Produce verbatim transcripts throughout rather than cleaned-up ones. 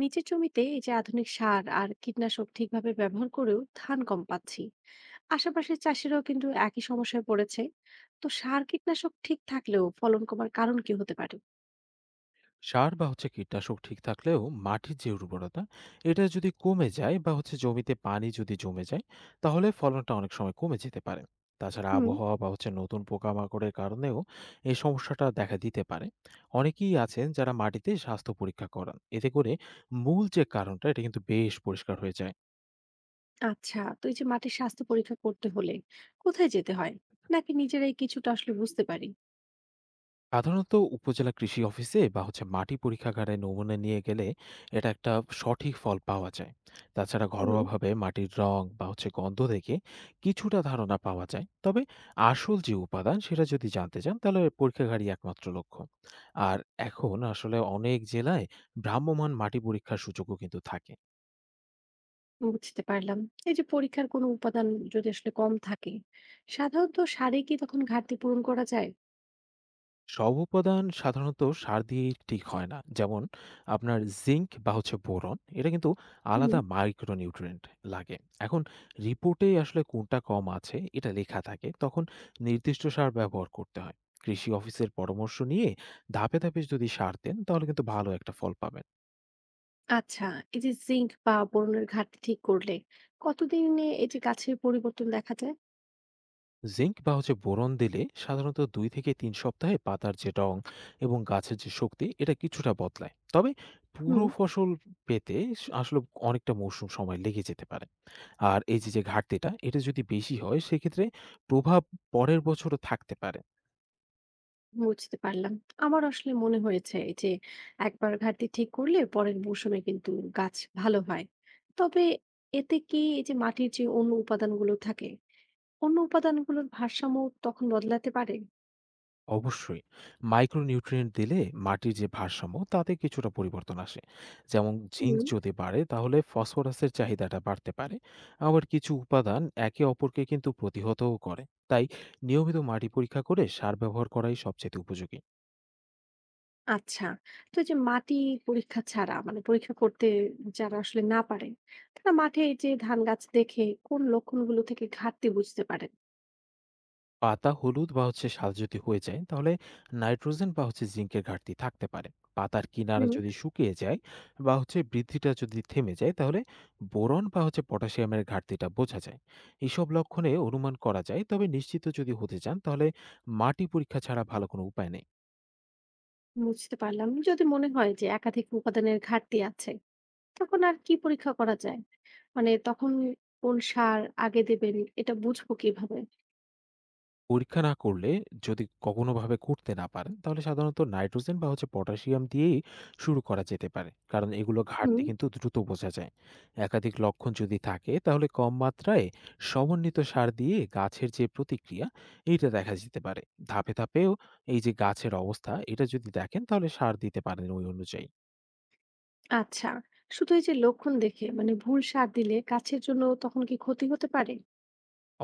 নিচের জমিতে এই যে আধুনিক সার আর কীটনাশক ঠিকভাবে ব্যবহার করেও ধান কম পাচ্ছি। আশেপাশের চাষিরাও কিন্তু একই সমস্যায় পড়েছে। তো সার কীটনাশক ঠিক থাকলেও ফলন কমার কারণ কি হতে পারে? সার বা হচ্ছে কীটনাশক ঠিক থাকলেও মাটির যে উর্বরতা এটা যদি কমে যায় বা হচ্ছে জমিতে পানি যদি জমে যায় তাহলে ফলনটা অনেক সময় কমে যেতে পারে। তাছাড়া হুম। আবহাওয়া বা হচ্ছে নতুন পোকামাকড়ের কারণেও এই সমস্যাটা দেখা দিতে পারে। অনেকেই আছেন যারা মাটিতে স্বাস্থ্য পরীক্ষা করান, এতে করে মূল যে কারণটা এটা কিন্তু বেশ পরিষ্কার হয়ে যায়। আচ্ছা, তো এই যে মাটির স্বাস্থ্য পরীক্ষা করতে হলে কোথায় যেতে হয়, নাকি নিজেরাই কিছুটা আসলে বুঝতে পারি? সাধারণত উপজেলা কৃষি অফিসে বা হচ্ছে মাটি পরীক্ষাগারে নমুনা নিয়ে গেলে এটা একটা সঠিক ফল পাওয়া যায়। তাছাড়া হুম। ঘরোয়াভাবে মাটির রং বা হচ্ছে গন্ধ দেখে কিছুটা ধারণা পাওয়া যায়, তবে আসল যে উপাদান সেটা যদি জানতে চান তাহলে পরীক্ষাগারই একমাত্র লক্ষ্য। আর এখন আসলে অনেক জেলায় ভ্রাম্যমাণ মাটি পরীক্ষার সুযোগও কিন্তু থাকে। বুঝতে পারলাম। এই যে পরীক্ষার কোনো উপাদান যদি আসলে কম থাকে, সাধারণত সারে কি তখন ঘাটতি পূরণ করা যায়? সব উপাদান সাধারণত সার দিয়ে ঠিক হয় না, যেমন আপনার জিঙ্ক বা হচ্ছে বোরন, এটা কিন্তু হুম। আলাদা মাইক্রোনিউট্রিয়েন্ট লাগে। এখন রিপোর্টে আসলে কোনটা কম আছে এটা লেখা থাকে, তখন নির্দিষ্ট সার ব্যবহার করতে হয়। কৃষি অফিসের পরামর্শ নিয়ে ধাপে ধাপে যদি সার দেন তাহলে কিন্তু ভালো একটা ফল পাবেন। আচ্ছা, এই যে জিঙ্ক বা বোরনের ঘাটতি ঠিক করলে কতদিনে এই যে গাছের পরিবর্তন দেখা যায়? জিঙ্ক বা হচ্ছে বোরন দিলে সাধারণত দুই থেকে তিন সপ্তাহে পাতার যে রং এবং গাছের যে শক্তি এটা কিছুটা বদলায়, তবে পুরো হুম। ফসল পেতে স- আসলে অনেকটা মৌসুম সময় লেগে যেতে পারে। আর এই যে যে ঘাটতিটা এটা যদি বেশি হয় সেক্ষেত্রে প্রভাব পরের বছরও থাকতে পারে। বুঝতে পারলাম। আমার আসলে মনে হয়েছে এই যে একবার ঘাটতি ঠিক করলে পরের মৌসুমে কিন্তু গাছ ভালো হয়। তবে এতে কি এই যে মাটির যে অন্য উপাদানগুলো থাকে, অন্য উপাদানগুলোর ভারসাম্য তখন বদলাতে পারে? অবশ্যই মাইক্রোনিউট্রিয়েন্ট দিলে মাটির যে ভারসাম্য তাতে কিছুটা পরিবর্তন আসে, যেমন জিঙ্ক হুম। যদি বাড়ে তাহলে ফসফরাসের চাহিদাটা বাড়তে পারে। আবার কিছু উপাদান একে অপরকে কিন্তু প্রতিহতও করে, তাই নিয়মিত মাটি পরীক্ষা করে সার ব্যবহার করাই সবচেয়ে উপযোগী। আচ্ছা। তো এই যে মাটি পরীক্ষা ছাড়া মানে পরীক্ষা করতে যারা আসলে না পারেন, তারা মাঠে এই যে ধান গাছ দেখে কোন লক্ষণগুলো থেকে ঘাটতি বুঝতে পারেন? পাতা হলুদ বা হচ্ছে সাদা যদি হয়ে যায় তাহলে নাইট্রোজেন বা হচ্ছে জিঙ্কের ঘাটতি থাকতে পারে। পাতার কিনারা হুম। যদি শুকিয়ে যায় বা হচ্ছে বৃদ্ধিটা যদি থেমে যায় তাহলে বোরন বা হচ্ছে পটাশিয়ামের ঘাটতিটা বোঝা যায়। এইসব লক্ষণে অনুমান করা যায়, তবে নিশ্চিত যদি হতে চান তাহলে মাটি পরীক্ষা ছাড়া ভালো কোনো উপায় নেই। বুঝতে পারলাম। যদি মনে হয় যে একাধিক উপাদানের ঘাটতি আছে, তখন আর কি পরীক্ষা করা যায়? মানে তখন কোন সার আগে দেবেন এটা বুঝবো কিভাবে? পরীক্ষা না করলে, যদি কখনোভাবে করতে না পারেন তাহলে সাধারণত নাইট্রোজেন বা হচ্ছে পটাশিয়াম দিয়েই শুরু করা যেতে পারে, কারণ এগুলো ঘাটতি হুম। কিন্তু দ্রুত বোঝা যায়। একাধিক লক্ষণ যদি থাকে তাহলে কম মাত্রায় সমন্বিত সার দিয়ে গাছের যে প্রতিক্রিয়া এইটা দেখা যেতে পারে। ধাপে ধাপেও এই যে গাছের অবস্থা এটা যদি দেখেন তাহলে সার দিতে পারেন ওই অনুযায়ী। আচ্ছা। শুধু এই যে লক্ষণ দেখে মানে ভুল সার দিলে গাছের জন্য তখন কি ক্ষতি হতে পারে?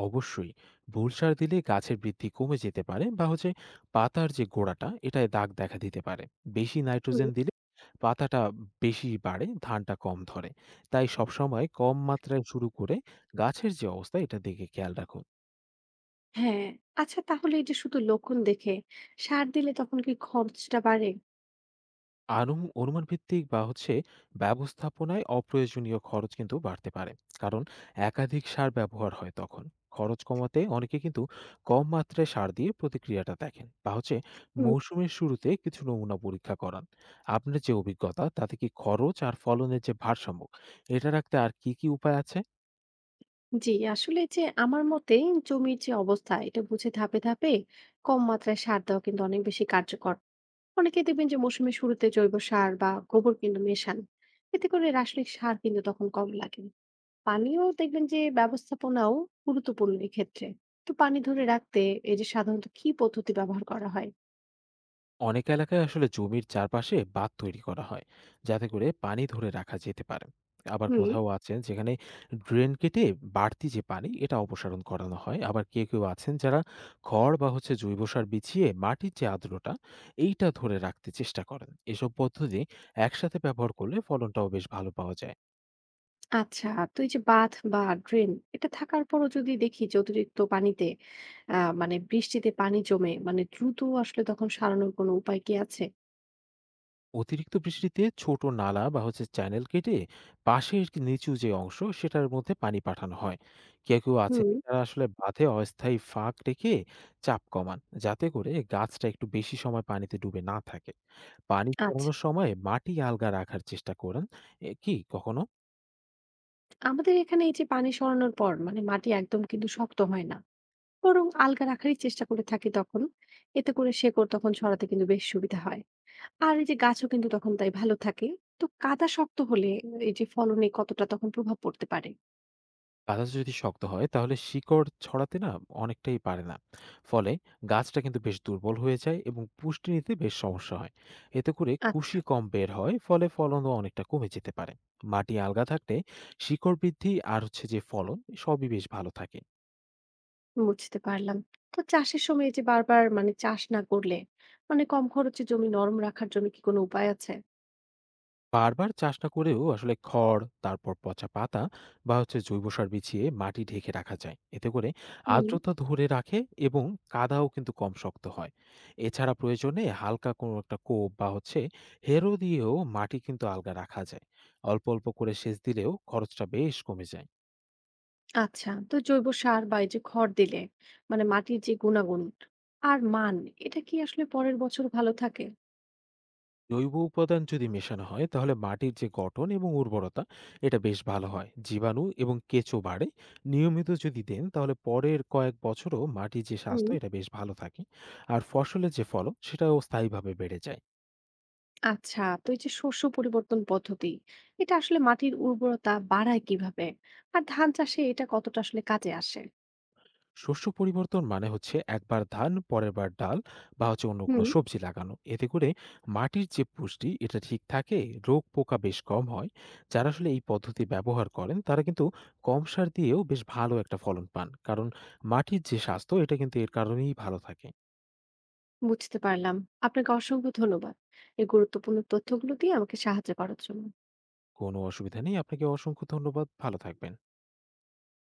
অবশ্যই ভুল সার দিলে গাছের বৃদ্ধি কমে যেতে পারে বা হচ্ছে পাতার যে গোড়াটা এটায় দাগ দেখা দিতে পারে। বেশি হুম। নাইট্রোজেন দিলে পাতাটা বেশি বাড়ে, ধানটা কম ধরে। তাই সবসময় কম মাত্রায় শুরু করে গাছের যে অবস্থা এটা দিকে খেয়াল রাখুন। হ্যাঁ, আচ্ছা তাহলে এই যে শুধু লক্ষণ দেখে সার দিলে তখন কি খরচটা বাড়ে? আনুম অনুমান ভিত্তিক বা হচ্ছে ব্যবস্থাপনায় অপ্রয়োজনীয় খরচ কিন্তু বাড়তে পারে, কারণ একাধিক সার ব্যবহার হয় তখন। খরচ কমাতে অনেকে কিন্তু কম মাত্রায় সার দিয়ে প্রতিক্রিয়াটা দেখেন বা হচ্ছে হুম। মৌসুমের শুরুতে কিছু নমুনা পরীক্ষা করান। আপনার যে অভিজ্ঞতা তাতে কি খরচ আর ফলনের যে ভারসাম্য এটা রাখতে আর কি কি উপায় আছে? জি, আসলে যে আমার মতে জমির যে অবস্থা এটা বুঝে ধাপে ধাপে কম মাত্রায় সার দেওয়া কিন্তু অনেক বেশি কার্যকর। অনেকে দেখবেন যে মৌসুমের শুরুতে জৈব সার বা গোবর কিন্তু মেশান। এতে করে রাসায়নিক সার কিন্তু তখন কম লাগে। পানিও দেখবেন যে ব্যবস্থাপনাও গুরুত্বপূর্ণ এক্ষেত্রে। তো পানি ধরে রাখতে এই যে সাধারণত কি পদ্ধতি ব্যবহার করা হয়? অনেক এলাকায় আসলে জমির চারপাশে বাঁধ তৈরি করা হয় যাতে করে পানি ধরে রাখা যেতে পারে। আবার হুম। কোথাও আছেন যেখানে ড্রেন কেটে বাড়তি যে পানি এটা অপসারণ করানো হয়। আবার কেউ কেউ আছেন যারা খড় বা হচ্ছে জৈব সার বিছিয়ে মাটির যে আর্দ্রতা এইটা ধরে রাখতে চেষ্টা করেন। এসব পদ্ধতি একসাথে ব্যবহার করলে ফলনটাও বেশ ভালো পাওয়া যায়। আচ্ছা, তো এই যে বাঁধ বা ড্রেন এটা থাকার পরও যদি দেখি যে অতিরিক্ত পানিতে আহ মানে বৃষ্টিতে পানি জমে মানে দ্রুত আসলে তখন সরানোর কোনো উপায় কি আছে? অতিরিক্ত বৃষ্টিতে ছোট নালা বা হচ্ছে চ্যানেল কেটে পাশের নিচু যে অংশ সেটার মধ্যে পানি পাঠানো হয়। কেউ কেউ আছে, হুম। তারা আসলে বাঁধে অস্থায়ী ফাঁক রেখে চাপ কমান, যাতে করে গাছটা একটু বেশি সময় পানিতে ডুবে না থাকে। পানি আচ্ছা। চড়ানোর সময় মাটি আলগা রাখার চেষ্টা করেন। এ কি কখনো আমাদের এখানে এই যে পানি সরানোর পর মানে মাটি একদম কিন্তু শক্ত হয় না, বরং আলগা রাখারই চেষ্টা করে থাকি তখন। এতে করে শেকড় তখন ছড়াতে কিন্তু বেশ সুবিধা হয়, আর এই যে গাছও কিন্তু তখন তাই ভালো থাকে। তো কাদা শক্ত হলে এই যে ফলনে কতটা তখন প্রভাব পড়তে পারে? বাতাস যদি শক্ত হয় তাহলে শিকড় ছড়াতে না, অনেকটাই পারে না। ফলে গাছটা কিন্তু বেশ দুর্বল হয়ে যায় এবং পুষ্টি নিতে বেশ সমস্যা হয়। এতে করে আচ্ছা, কুশি কম বের হয়, ফলে ফলনও অনেকটা কমে যেতে পারে। মাটি আলগা থাকলে শিকড় বৃদ্ধি আর হচ্ছে যে ফলন সবই বেশ ভালো থাকে। বুঝতে পারলাম। তো চাষের সময় এই যে বারবার মানে চাষ না করলে মানে কম খরচে জমি নরম রাখার জন্য কি কোনো উপায় আছে? বারবার চাষ না করেও আসলে খড়, তারপর পচা পাতা বা হচ্ছে জৈব সার বিছিয়ে মাটি ঢেকে রাখা যায়, এতে করে হুম। আর্দ্রতা ধরে রাখে এবং কাদাও কিন্তু কম শক্ত হয়। এছাড়া প্রয়োজনে হালকা কোনো একটা কোপ বা হচ্ছে হেরো দিয়েও মাটি কিন্তু আলগা রাখা যায়। অল্প অল্প করে সেচ দিলেও খরচটা বেশ কমে যায়। আচ্ছা তো জৈব সার বা এই যে খড় দিলে মানে মাটির যে গুণাগুণ আর মান এটা কি আসলে পরের বছর ভালো থাকে? জৈব উপাদান যদি মেশানো হয় তাহলে মাটির যে গঠন এবং উর্বরতা এটা বেশ ভালো হয়, জীবাণু এবং কেঁচো বাড়ে। নিয়মিত যদি দেন তাহলে পরের কয়েক বছরও মাটির যে হুম। স্বাস্থ্য এটা বেশ ভালো থাকে, আর ফসলের যে ফলন সেটাও স্থায়ীভাবে বেড়ে যায়। আচ্ছা, তো এই যে শস্য পরিবর্তন পদ্ধতি এটা আসলে মাটির উর্বরতা বাড়ায় কিভাবে, আর ধান চাষে এটা কতটা আসলে কাজে আসে? শস্য পরিবর্তন মানে হচ্ছে একবার ধান, পরের বার ডাল বা হচ্ছে অন্য কোনো হুম। সবজি লাগানো, এতে করে মাটির যে পুষ্টি এটা ঠিক থাকে, রোগ পোকা বেশ কম হয়। যারা আসলে এই পদ্ধতি ব্যবহার করেন তারা কিন্তু কম সার দিয়েও বেশ ভালো একটা ফলন পান, কারণ মাটির যে স্বাস্থ্য এটা কিন্তু এর কারণেই ভালো থাকে। বুঝতে পারলাম। আপনাকে অসংখ্য ধন্যবাদ এই গুরুত্বপূর্ণ তথ্যগুলো দিয়ে আমাকে সাহায্য করার জন্য। কোনো অসুবিধা নেই, আপনাকে অসংখ্য ধন্যবাদ, ভালো থাকবেন।